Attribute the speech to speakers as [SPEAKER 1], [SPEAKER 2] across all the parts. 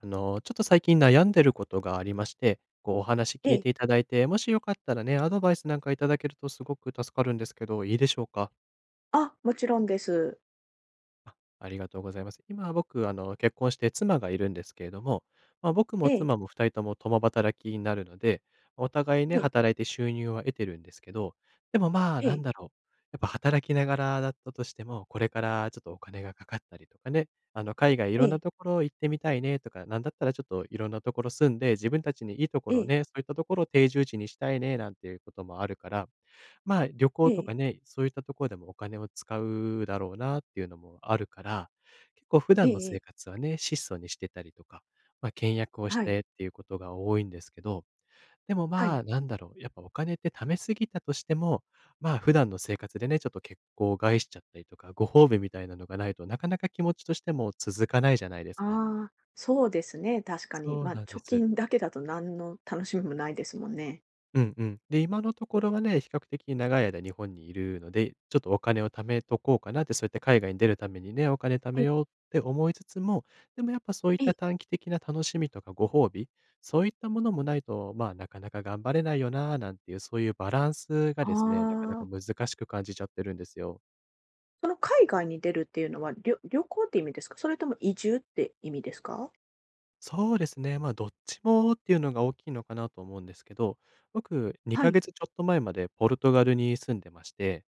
[SPEAKER 1] ちょっと最近悩んでることがありまして、こうお話
[SPEAKER 2] え
[SPEAKER 1] 聞い
[SPEAKER 2] え。
[SPEAKER 1] ていただいて、もしよかったらね、アドバイスなんかいただけるとすごく助かるんですけど、いいでしょうか？
[SPEAKER 2] あ、もちろんです。
[SPEAKER 1] あ、ありがとうございます。今僕、結婚して妻がいるんですけれども、僕
[SPEAKER 2] え
[SPEAKER 1] も
[SPEAKER 2] え、
[SPEAKER 1] 妻も2人とも共働きになるので、お互いね、
[SPEAKER 2] ええ、
[SPEAKER 1] 働いて収入は得てるんですけど、でも、
[SPEAKER 2] ええ、
[SPEAKER 1] やっぱ働きながらだったとしても、これからちょっとお金がかかったりとかね、海外い
[SPEAKER 2] え
[SPEAKER 1] ろんな
[SPEAKER 2] え、
[SPEAKER 1] ところ行ってみたいねとか、なんだったらちょっといろんなところ住んで、自分たちにいいとこ
[SPEAKER 2] え
[SPEAKER 1] ろ
[SPEAKER 2] え、
[SPEAKER 1] ね、そういったところを定住地にしたいねなんていうこともあるから、旅行
[SPEAKER 2] え
[SPEAKER 1] と
[SPEAKER 2] え、
[SPEAKER 1] かね、そういったところでもお金を使うだろうなっていうのもあるから、結構普
[SPEAKER 2] え
[SPEAKER 1] 段の
[SPEAKER 2] ええ
[SPEAKER 1] 生
[SPEAKER 2] え。
[SPEAKER 1] 活はね、質素にしてたりとか、倹約をし
[SPEAKER 2] はい、
[SPEAKER 1] てっていうことが多いんですけど、でも
[SPEAKER 2] はい。
[SPEAKER 1] やっぱお金って貯めすぎたとしても、普段の生活でね、ちょっと結構害しちゃったりとか、ご褒美みたいなのがないとなかなか気持ちとしても続かないじゃないですか。
[SPEAKER 2] ああ、そうですね、確かに。
[SPEAKER 1] そう
[SPEAKER 2] まあ、
[SPEAKER 1] なんで
[SPEAKER 2] 貯
[SPEAKER 1] す。
[SPEAKER 2] 金だけだと何の楽しみもないですもんね。
[SPEAKER 1] うんうん。で、今のところはね、比較的長い間日本にいるので、ちょっとお金を貯めとこうかなって、そうやって海外に出るためにね、お金貯
[SPEAKER 2] ええ、
[SPEAKER 1] めようって思いつつも、でもやっぱそういっ
[SPEAKER 2] ええ。
[SPEAKER 1] た短期的な楽しみとかご褒美、そういったものもないと、まあなかなか頑張れないよな、なんていう、そういうバランスが
[SPEAKER 2] あ
[SPEAKER 1] ですね、なかなか
[SPEAKER 2] あ。
[SPEAKER 1] 難しく感じちゃってるんですよ。
[SPEAKER 2] その海外に出るっていうのは、旅行って意味ですか？それとも移住って意味ですか？
[SPEAKER 1] そうですね。どっちもっていうのが大きいのかなと思うんですけど、僕、
[SPEAKER 2] は
[SPEAKER 1] 2
[SPEAKER 2] い。
[SPEAKER 1] ヶ月ちょっと前までポルトガルに住んでまして、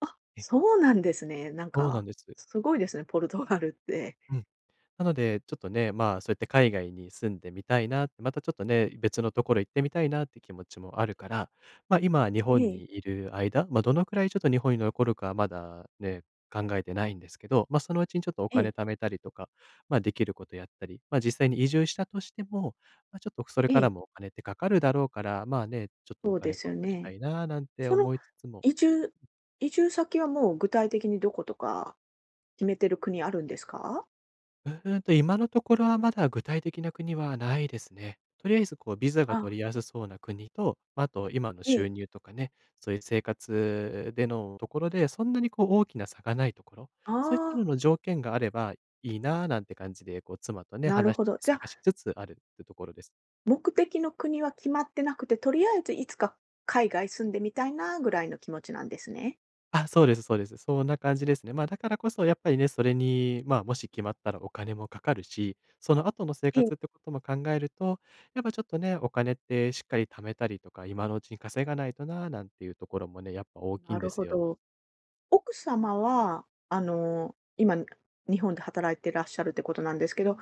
[SPEAKER 2] あ、
[SPEAKER 1] え
[SPEAKER 2] そうなんですね。なん
[SPEAKER 1] そうなん
[SPEAKER 2] か、
[SPEAKER 1] です。
[SPEAKER 2] すごいですね、ポルトガルって。
[SPEAKER 1] なので、ちょっとね、そうやって海外に住んでみたいなって、またちょっとね、別のところ行ってみたいなって気持ちもあるから、今日
[SPEAKER 2] え
[SPEAKER 1] 本
[SPEAKER 2] え、
[SPEAKER 1] にいる間、どのくらいちょっと日本に残るかはまだね、考えてないんですけど、そのうちにちょっとお
[SPEAKER 2] え
[SPEAKER 1] 金
[SPEAKER 2] え、
[SPEAKER 1] 貯めたりとか、できることやったり、実際に移住したとしても、ちょっとそれ
[SPEAKER 2] え
[SPEAKER 1] から
[SPEAKER 2] え。
[SPEAKER 1] もお金ってかかるだろうから、まあね、ちょっと
[SPEAKER 2] そ
[SPEAKER 1] お
[SPEAKER 2] うで
[SPEAKER 1] 金
[SPEAKER 2] す
[SPEAKER 1] 取
[SPEAKER 2] よ
[SPEAKER 1] っときた
[SPEAKER 2] ね。
[SPEAKER 1] いななんて
[SPEAKER 2] その
[SPEAKER 1] 思いつつも、
[SPEAKER 2] 移住移住先はもう具体的にどことか決めてる国あるんですか？
[SPEAKER 1] うーんと、今のところはまだ具体的な国はないですね。とりあえずこうビザが
[SPEAKER 2] あ、
[SPEAKER 1] 取りやすそうな国と、あと今の
[SPEAKER 2] え
[SPEAKER 1] 収
[SPEAKER 2] え。
[SPEAKER 1] 入とかね、そういう生活でのところで、そんなにこう大きな差がないところ、
[SPEAKER 2] あ
[SPEAKER 1] そういった
[SPEAKER 2] あ、
[SPEAKER 1] のの条件があればいいななんて感じで、こう妻とね、
[SPEAKER 2] なる
[SPEAKER 1] 話し
[SPEAKER 2] ほ
[SPEAKER 1] て
[SPEAKER 2] ど。じゃあ、
[SPEAKER 1] 探しつつあるってところです。
[SPEAKER 2] 目的の国は決まってなくて、とりあえずいつか海外住んでみたいなぐらいの気持ちなんですね。
[SPEAKER 1] あ、そうですそうです。そんな感じですね。だからこそやっぱりね、それに、もし決まったらお金もかかるし、その後の生
[SPEAKER 2] え
[SPEAKER 1] 活っ
[SPEAKER 2] え。
[SPEAKER 1] てことも考えると、やっぱちょっとね、お金ってしっかり貯めたりとか、今のうちに稼がないとな、なんていうところもね、やっぱ大きい
[SPEAKER 2] な
[SPEAKER 1] んで
[SPEAKER 2] るほ
[SPEAKER 1] すよ。
[SPEAKER 2] ど。奥様は、今、日本で働いてらっしゃるってことなんですけど、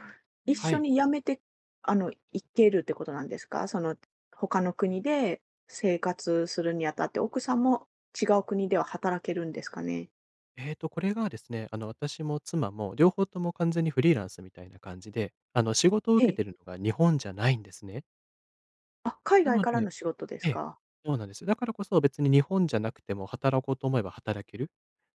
[SPEAKER 2] 一
[SPEAKER 1] は
[SPEAKER 2] 緒
[SPEAKER 1] い。
[SPEAKER 2] に辞めて、いけるってことなんですか？その、他の国で生活するにあたって、奥さんも違う国では働けるんですかね？
[SPEAKER 1] ええと、これがですね、私も妻も両方とも完全にフリーランスみたいな感じで、仕事を
[SPEAKER 2] え
[SPEAKER 1] 受け
[SPEAKER 2] え。
[SPEAKER 1] てるのが日本じゃないんですね。
[SPEAKER 2] あ、海
[SPEAKER 1] な
[SPEAKER 2] 外
[SPEAKER 1] の
[SPEAKER 2] から
[SPEAKER 1] で、
[SPEAKER 2] の仕事です
[SPEAKER 1] ええ、
[SPEAKER 2] か？
[SPEAKER 1] そうなんです。だからこそ別に日本じゃなくても働こうと思えば働ける。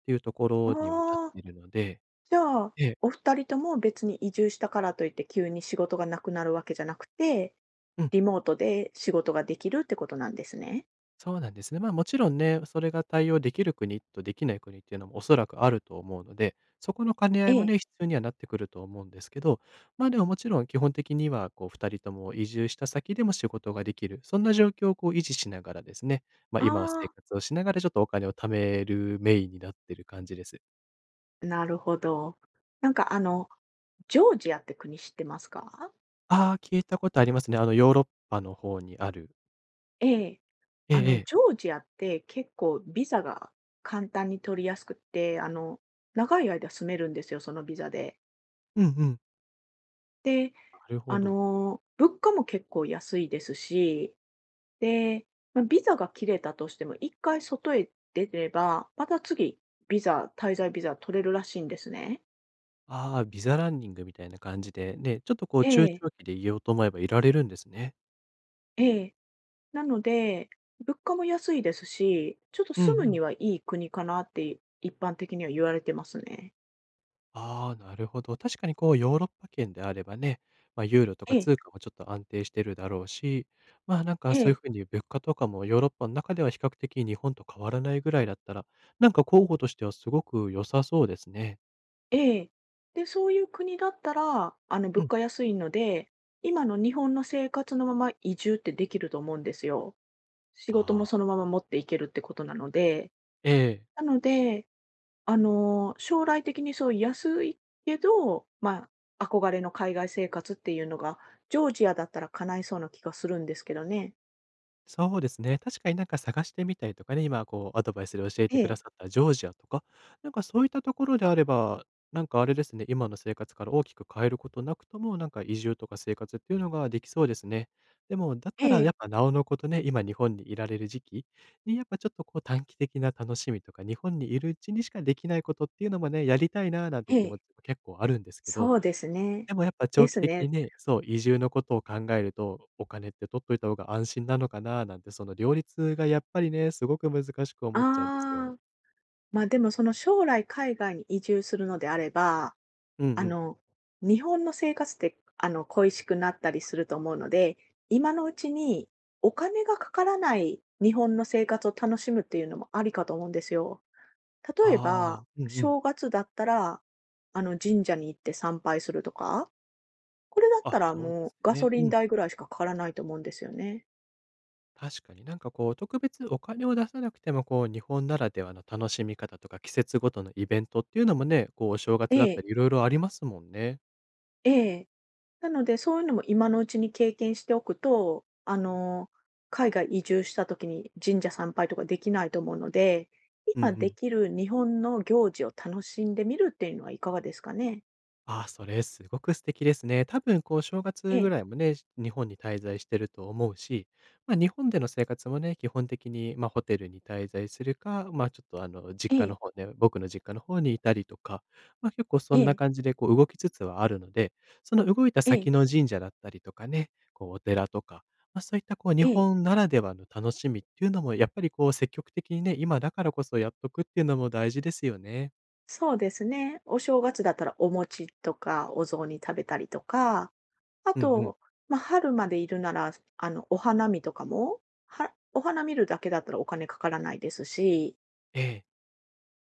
[SPEAKER 1] ていうとこ
[SPEAKER 2] あ
[SPEAKER 1] ろにはなっ
[SPEAKER 2] あ、
[SPEAKER 1] てるので、
[SPEAKER 2] じゃあ、
[SPEAKER 1] ええ、
[SPEAKER 2] お二人とも別に移住したからといって、急に仕事がなくなるわけじゃなくて、
[SPEAKER 1] うん、
[SPEAKER 2] リモートで仕事ができるってことなんですね。
[SPEAKER 1] そうなんですね。もちろんね、それが対応できる国とできない国っていうのもおそらくあると思うので、そこの兼ね合
[SPEAKER 2] え
[SPEAKER 1] いも
[SPEAKER 2] え。
[SPEAKER 1] ね、必要にはなってくると思うんですけど、でももちろん基本的にはこう2人とも移住した先でも仕事ができる、そんな状況をこう維持しながらですね、ま、
[SPEAKER 2] あ
[SPEAKER 1] 今は生
[SPEAKER 2] あ。
[SPEAKER 1] 活をしながらちょっとお金を貯めるメインになってる感じです。
[SPEAKER 2] なるほど。なんかあの、ジョージアって国知ってますか？
[SPEAKER 1] ああ、聞いたことありますね。あのヨーロッパの方にある。
[SPEAKER 2] ええ。
[SPEAKER 1] ええええ。
[SPEAKER 2] ジョージアって結構ビザが簡単に取りやすくって、長い間住めるんですよ、そのビザで。
[SPEAKER 1] うんうん。
[SPEAKER 2] で、
[SPEAKER 1] なるほど。
[SPEAKER 2] 物価も結構安いですし、で、ま、ビザが切れたとしても、一回外へ出れば、また次滞在ビザ取れるらしいんですね。
[SPEAKER 1] ああ、ビザランニングみたいな感じで、ね、ちょっとこう
[SPEAKER 2] え
[SPEAKER 1] 中
[SPEAKER 2] え、
[SPEAKER 1] 長期でいようと思えばいられるんですね。
[SPEAKER 2] ええ。なので、物価も安いですし、ちょっと
[SPEAKER 1] うんう
[SPEAKER 2] 住むに
[SPEAKER 1] ん。
[SPEAKER 2] はいい国かなって一般的には言われてますね。
[SPEAKER 1] ああ、なるほど。確かにこうヨーロッパ圏であればね、ユーロと
[SPEAKER 2] え
[SPEAKER 1] か
[SPEAKER 2] え、
[SPEAKER 1] 通貨もちょっと安定してるだろうし、なんか
[SPEAKER 2] え
[SPEAKER 1] そういう
[SPEAKER 2] え、
[SPEAKER 1] 風に物価とかもヨーロッパの中では比較的日本と変わらないぐらいだったら、なんか候補としてはすごく良さそうですね。
[SPEAKER 2] ええ。で、そういう国だったら、
[SPEAKER 1] う
[SPEAKER 2] 物
[SPEAKER 1] ん。
[SPEAKER 2] 価安いので、今の日本の生活のまま移住ってできると思うんですよ。仕事も
[SPEAKER 1] あ
[SPEAKER 2] その
[SPEAKER 1] あ、
[SPEAKER 2] まま持っていけるってことなので。
[SPEAKER 1] ええ。
[SPEAKER 2] なので、将来的にそう安いけど、まあ、憧れの海外生活っていうのが、ジョージアだったら叶いそうな気がするんですけどね。
[SPEAKER 1] そうですね。確かになんか探してみたりとかね、今こうアドバイスで教えて
[SPEAKER 2] え
[SPEAKER 1] くだ
[SPEAKER 2] え。
[SPEAKER 1] さったジョージアとか、なんかそういったところであれば、なんかあれですね、今の生活から大きく変えることなくとも、なんか移住とか生活っていうのができそうですね。でも、だっ
[SPEAKER 2] え
[SPEAKER 1] たらや
[SPEAKER 2] え、
[SPEAKER 1] っぱなおのことね、今日本にいられる時期に、やっぱちょっとこう短期的な楽しみとか、日本にいるうちにしかできないことっていうのもね、やりたいなーなん
[SPEAKER 2] え
[SPEAKER 1] て気持
[SPEAKER 2] え、
[SPEAKER 1] ちも結構あるんですけど、
[SPEAKER 2] そうですね。
[SPEAKER 1] でもやっぱ
[SPEAKER 2] で
[SPEAKER 1] 長期
[SPEAKER 2] す
[SPEAKER 1] 的
[SPEAKER 2] ね。
[SPEAKER 1] にね、そう、移住のことを考えると、お金って取っといた方が安心なのかななんて、その両立がやっぱりね、すごく難しく思っちゃうんです
[SPEAKER 2] あ
[SPEAKER 1] よ。
[SPEAKER 2] あ、ま、でもその将来海外に移住するのであれば、
[SPEAKER 1] うんう
[SPEAKER 2] あ
[SPEAKER 1] ん。
[SPEAKER 2] の、日本の生活って、恋しくなったりすると思うので、今のうちにお金がかからない日本の生活を楽しむっていうのもありかと思うんですよ。例え
[SPEAKER 1] ああ、
[SPEAKER 2] ば、
[SPEAKER 1] うんうん。
[SPEAKER 2] 正月だったら、神社に行って参拝するとか、これだっ
[SPEAKER 1] あ、
[SPEAKER 2] たら
[SPEAKER 1] そうで
[SPEAKER 2] もう
[SPEAKER 1] す
[SPEAKER 2] ガソ
[SPEAKER 1] ね。
[SPEAKER 2] リン
[SPEAKER 1] うん。
[SPEAKER 2] 代ぐらいしかかからないと思うんですよね。
[SPEAKER 1] 確かになんかこう、特別お金を出さなくても、こう、日本ならではの楽しみ方とか、季節ごとのイベントっていうのもね、こう、お正
[SPEAKER 2] え
[SPEAKER 1] 月だった
[SPEAKER 2] え、
[SPEAKER 1] り色々ありますもんね。
[SPEAKER 2] ええ。なので、そういうのも今のうちに経験しておくと、海外移住した時に神社参拝とかできないと思うので、
[SPEAKER 1] うんう
[SPEAKER 2] 今で
[SPEAKER 1] ん。
[SPEAKER 2] きる日本の行事を楽しんでみるっていうのはいかがですかね？
[SPEAKER 1] ああ、それすごく素敵ですね。多分こう正
[SPEAKER 2] え
[SPEAKER 1] 月ぐ
[SPEAKER 2] え、
[SPEAKER 1] らいもね、日本に滞在してると思うし、日本での生活もね、基本的に、ホテルに滞在するか、まあ、ちょっと
[SPEAKER 2] え
[SPEAKER 1] 実家の
[SPEAKER 2] え、
[SPEAKER 1] 方ね、僕の実家の方にいたりとか、結構そ
[SPEAKER 2] え
[SPEAKER 1] んな
[SPEAKER 2] え、
[SPEAKER 1] 感じでこう動きつつはあるので、その動いた
[SPEAKER 2] ええ、
[SPEAKER 1] 先の神社だったりとかね、こうお寺とか、そういったこう日
[SPEAKER 2] ええ、
[SPEAKER 1] 本ならではの楽しみっていうのもやっぱりこう積極的にね、今だからこそやっとくっていうのも大事ですよね。
[SPEAKER 2] そうですね。お正月だったらお餅とかお雑煮食べたりとか、あ
[SPEAKER 1] うんうん。
[SPEAKER 2] と、まあ、春までいるなら、お花見とかも、お花見るだけだったらお金かからないですし、
[SPEAKER 1] ええ、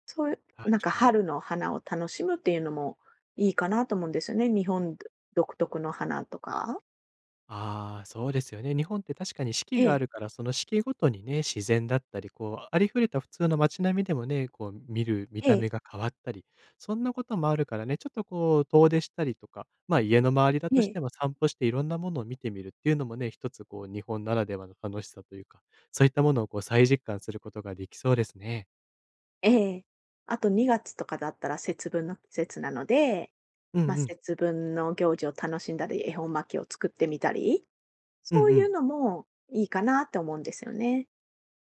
[SPEAKER 2] そうい
[SPEAKER 1] 確
[SPEAKER 2] う、なんか
[SPEAKER 1] かに。
[SPEAKER 2] 春の花を楽しむっていうのもいいかなと思うんですよね。日本独特の花とか。
[SPEAKER 1] ああ、そうですよね。日本って確かに四季
[SPEAKER 2] え
[SPEAKER 1] が
[SPEAKER 2] え、
[SPEAKER 1] あるから、その四季ごとにね、自然だったり、こう、ありふれた普通の街並みでもね、こう、見る見
[SPEAKER 2] え
[SPEAKER 1] た
[SPEAKER 2] え、
[SPEAKER 1] 目が変わったり、そんなこともあるからね、ちょっとこう、遠出したりとか、家の周りだ
[SPEAKER 2] え
[SPEAKER 1] とし
[SPEAKER 2] え、
[SPEAKER 1] ても散歩していろんなものを見てみるっていうのもね、一つこう、日本ならではの楽しさというか、そういったものをこう、再実感することができそうですね。
[SPEAKER 2] ええ。あと2月とかだったら節分の季節なので、
[SPEAKER 1] う
[SPEAKER 2] まあ、
[SPEAKER 1] んうん。
[SPEAKER 2] 節分の行事を楽しんだり、恵方巻きを作ってみたり、
[SPEAKER 1] うん
[SPEAKER 2] そう
[SPEAKER 1] う
[SPEAKER 2] い
[SPEAKER 1] ん。
[SPEAKER 2] うのもいいかなって思うんですよね。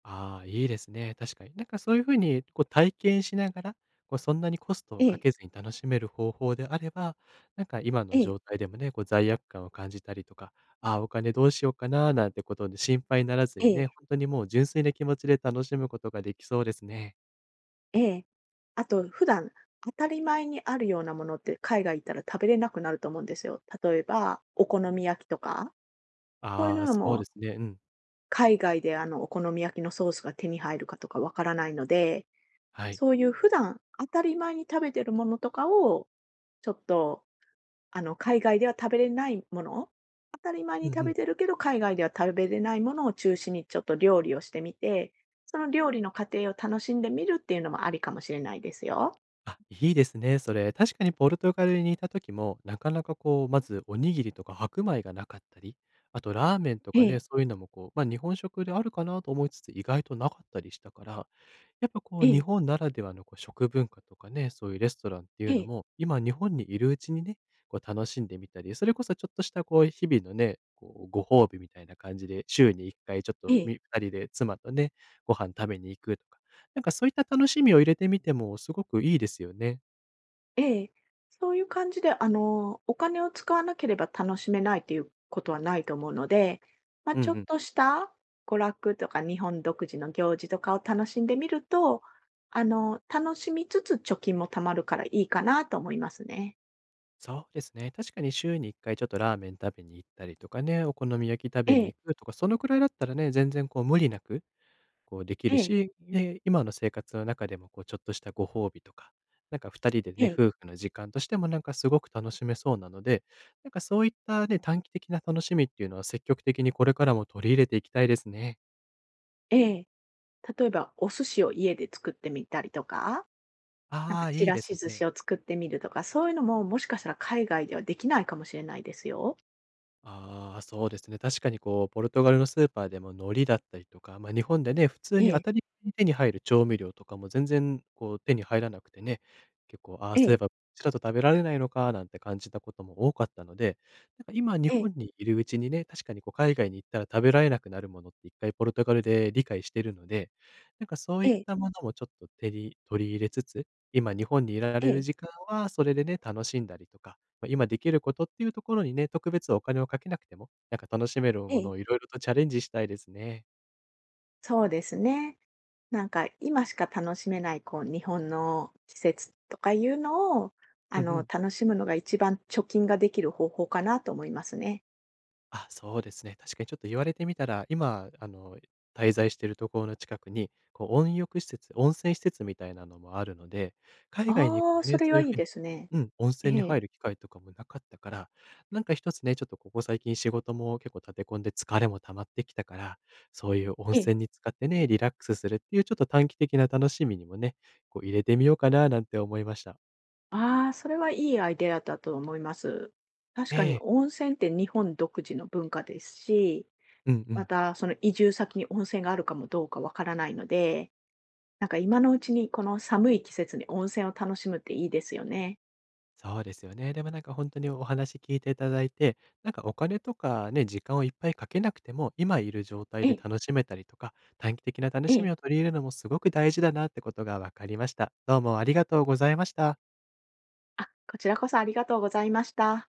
[SPEAKER 1] ああ、いいですね、確かに。なんかそういう風にこう体験しながら、こうそんなにコストを
[SPEAKER 2] え
[SPEAKER 1] か
[SPEAKER 2] え、
[SPEAKER 1] けずに楽しめる方法であれば、なんか今
[SPEAKER 2] え
[SPEAKER 1] の
[SPEAKER 2] え、
[SPEAKER 1] 状態でもね、こう罪悪感を感じたりとか、ああ、お金どうしようかななんてことで心配にならず
[SPEAKER 2] え
[SPEAKER 1] にね、
[SPEAKER 2] え、
[SPEAKER 1] 本当にもう純粋な気持ちで楽しむことができそうですね。
[SPEAKER 2] ええ。あと普段当たり前にあるようなものって海外行ったら食べれなくなると思うんですよ。例えばお好み焼きとか。こういう
[SPEAKER 1] あ
[SPEAKER 2] の
[SPEAKER 1] あ、
[SPEAKER 2] は
[SPEAKER 1] そう
[SPEAKER 2] も
[SPEAKER 1] で
[SPEAKER 2] う、
[SPEAKER 1] すね、うん、
[SPEAKER 2] 海外でお好み焼きのソースが手に入るかとかわからないので、
[SPEAKER 1] はい。
[SPEAKER 2] そういう普段当たり前に食べてるものとかを、ちょっと、海外では食べれないもの、当たり前に
[SPEAKER 1] うん
[SPEAKER 2] 食
[SPEAKER 1] う
[SPEAKER 2] べ
[SPEAKER 1] ん。
[SPEAKER 2] てるけど、海外では食べれないものを中心にちょっと料理をしてみて、その料理の過程を楽しんでみるっていうのもありかもしれないですよ。
[SPEAKER 1] あ、いいですね、それ。確かにポルトガルにいた時も、なかなかこう、まずおにぎりとか白米がなかったり、あとラーメンと
[SPEAKER 2] え
[SPEAKER 1] かね、
[SPEAKER 2] え、
[SPEAKER 1] そういうのもこう、ま、日本食であるかなと思いつつ、意外となかったりしたから、やっぱこ
[SPEAKER 2] え
[SPEAKER 1] う日
[SPEAKER 2] え、
[SPEAKER 1] 本ならではのこう食文化とかね、そういうレストランってい
[SPEAKER 2] え
[SPEAKER 1] うの
[SPEAKER 2] え、
[SPEAKER 1] も、今日本にいるうちにね、こう楽しんでみたり、それこそちょっとしたこう日々のね、こうご褒美みたいな感じで、週に1回ちょっ
[SPEAKER 2] え
[SPEAKER 1] と
[SPEAKER 2] え。
[SPEAKER 1] み2人で妻とね、ご飯食べに行くとか、なんかそういった楽しみを入れてみてもすごくいいですよね。
[SPEAKER 2] ええ、そういう感じで、お金を使わなければ楽しめないということはないと思うので、まあ、
[SPEAKER 1] うんう
[SPEAKER 2] ちょっ
[SPEAKER 1] ん。
[SPEAKER 2] とした娯楽とか日本独自の行事とかを楽しんでみると、楽しみつつ貯金も貯まるからいいかなと思いますね。
[SPEAKER 1] そうですね。確かに週に1回ちょっとラーメン食べに行ったりとかね、お好み焼き食
[SPEAKER 2] え
[SPEAKER 1] べに
[SPEAKER 2] え、
[SPEAKER 1] 行くとか、そのくらいだったらね、全然こう無理なく、こうでき
[SPEAKER 2] え
[SPEAKER 1] る
[SPEAKER 2] え、
[SPEAKER 1] し、ね今の生活の中でもこうちょっとしたご褒美とか、なんか2人で
[SPEAKER 2] え
[SPEAKER 1] ね、
[SPEAKER 2] え、
[SPEAKER 1] 夫婦の時間としてもなんかすごく楽しめそうなので、なんかそういったね、短期的な楽しみっていうのは積極的にこれからも取り入れていきたいですね。
[SPEAKER 2] ええ。例えばお寿司を家で作ってみたりとか、なん
[SPEAKER 1] あ
[SPEAKER 2] か
[SPEAKER 1] あ、
[SPEAKER 2] ち
[SPEAKER 1] いい
[SPEAKER 2] ら
[SPEAKER 1] です
[SPEAKER 2] し寿司
[SPEAKER 1] ね。
[SPEAKER 2] を作ってみるとか、そういうのももしかしたら海外ではできないかもしれないですよ。
[SPEAKER 1] ああ、そうですね。確かにこう、ポルトガルのスーパーでも海苔だったりとか、ま、日本でね、普通
[SPEAKER 2] え
[SPEAKER 1] に当
[SPEAKER 2] え、
[SPEAKER 1] たり前に手に入る調味料とかも全然こう、手に入らなくてね、結構、ああ、
[SPEAKER 2] え
[SPEAKER 1] そういえ
[SPEAKER 2] え、
[SPEAKER 1] ばこっちだと食べられないのかなんて感じたことも多かったので、なんか今日
[SPEAKER 2] ええ、
[SPEAKER 1] 本にいるうちにね、確かにこう、海外に行ったら食べられなくなるものって一回ポルトガルで理解してるので、なんかそうい
[SPEAKER 2] え
[SPEAKER 1] っ
[SPEAKER 2] え、
[SPEAKER 1] たものもちょっと手に取り入れつつ、今日本にいら
[SPEAKER 2] え
[SPEAKER 1] れる
[SPEAKER 2] え、
[SPEAKER 1] 時間はそれでね、楽しんだりとか、ま、今できることっていうところにね、特別お金をかけなくても、なんか楽しめる
[SPEAKER 2] え
[SPEAKER 1] もの
[SPEAKER 2] え。
[SPEAKER 1] をいろいろとチャレンジしたいですね。
[SPEAKER 2] そうですね。なんか今しか楽しめない、こう日本の季節とかいうのを、
[SPEAKER 1] うんうん。
[SPEAKER 2] 楽しむのが一番貯金ができる方法かなと思いますね。
[SPEAKER 1] あ、そうですね。確かにちょっと言われてみたら、今、滞在しているところの近くに、こう、温浴施設、温泉施設みたいなのもあるので、海外に行く
[SPEAKER 2] ああ、
[SPEAKER 1] と
[SPEAKER 2] そ
[SPEAKER 1] ね、そ
[SPEAKER 2] れ
[SPEAKER 1] うい
[SPEAKER 2] は
[SPEAKER 1] う
[SPEAKER 2] いい
[SPEAKER 1] 風に
[SPEAKER 2] ですね。
[SPEAKER 1] うん、温
[SPEAKER 2] え
[SPEAKER 1] 泉に
[SPEAKER 2] え、
[SPEAKER 1] 入る機会とかもなかったから、なんか一つね、ちょっとここ最近仕事も結構立て込んで疲れも溜まってきたから、そういう温
[SPEAKER 2] ええ。
[SPEAKER 1] 泉に使ってね、リラックスするっていうちょっと短期的な楽しみにもね、こう入れてみようかななんて思いました。
[SPEAKER 2] ああ、それはいいアイデアだと思います。確か
[SPEAKER 1] え
[SPEAKER 2] に
[SPEAKER 1] え。
[SPEAKER 2] 温泉って日本独自の文化ですし、
[SPEAKER 1] うんう
[SPEAKER 2] ま
[SPEAKER 1] ん。
[SPEAKER 2] たその移住先に温泉があるかもどうかわからないので、なんか今のうちにこの寒い季節に温泉を楽しむっていいですよね。
[SPEAKER 1] そうですよね。でもなんか本当にお話聞いていただいて、なんかお金とかね、時間をいっぱいかけなくても、今いる状態
[SPEAKER 2] え
[SPEAKER 1] で
[SPEAKER 2] え、
[SPEAKER 1] 楽しめたりとか、短期的な楽
[SPEAKER 2] え
[SPEAKER 1] し
[SPEAKER 2] え。
[SPEAKER 1] みを取り入れるのもすごく大事だなってことが分かりました。どうもありがとうございました。
[SPEAKER 2] あ、こちらこそありがとうございました。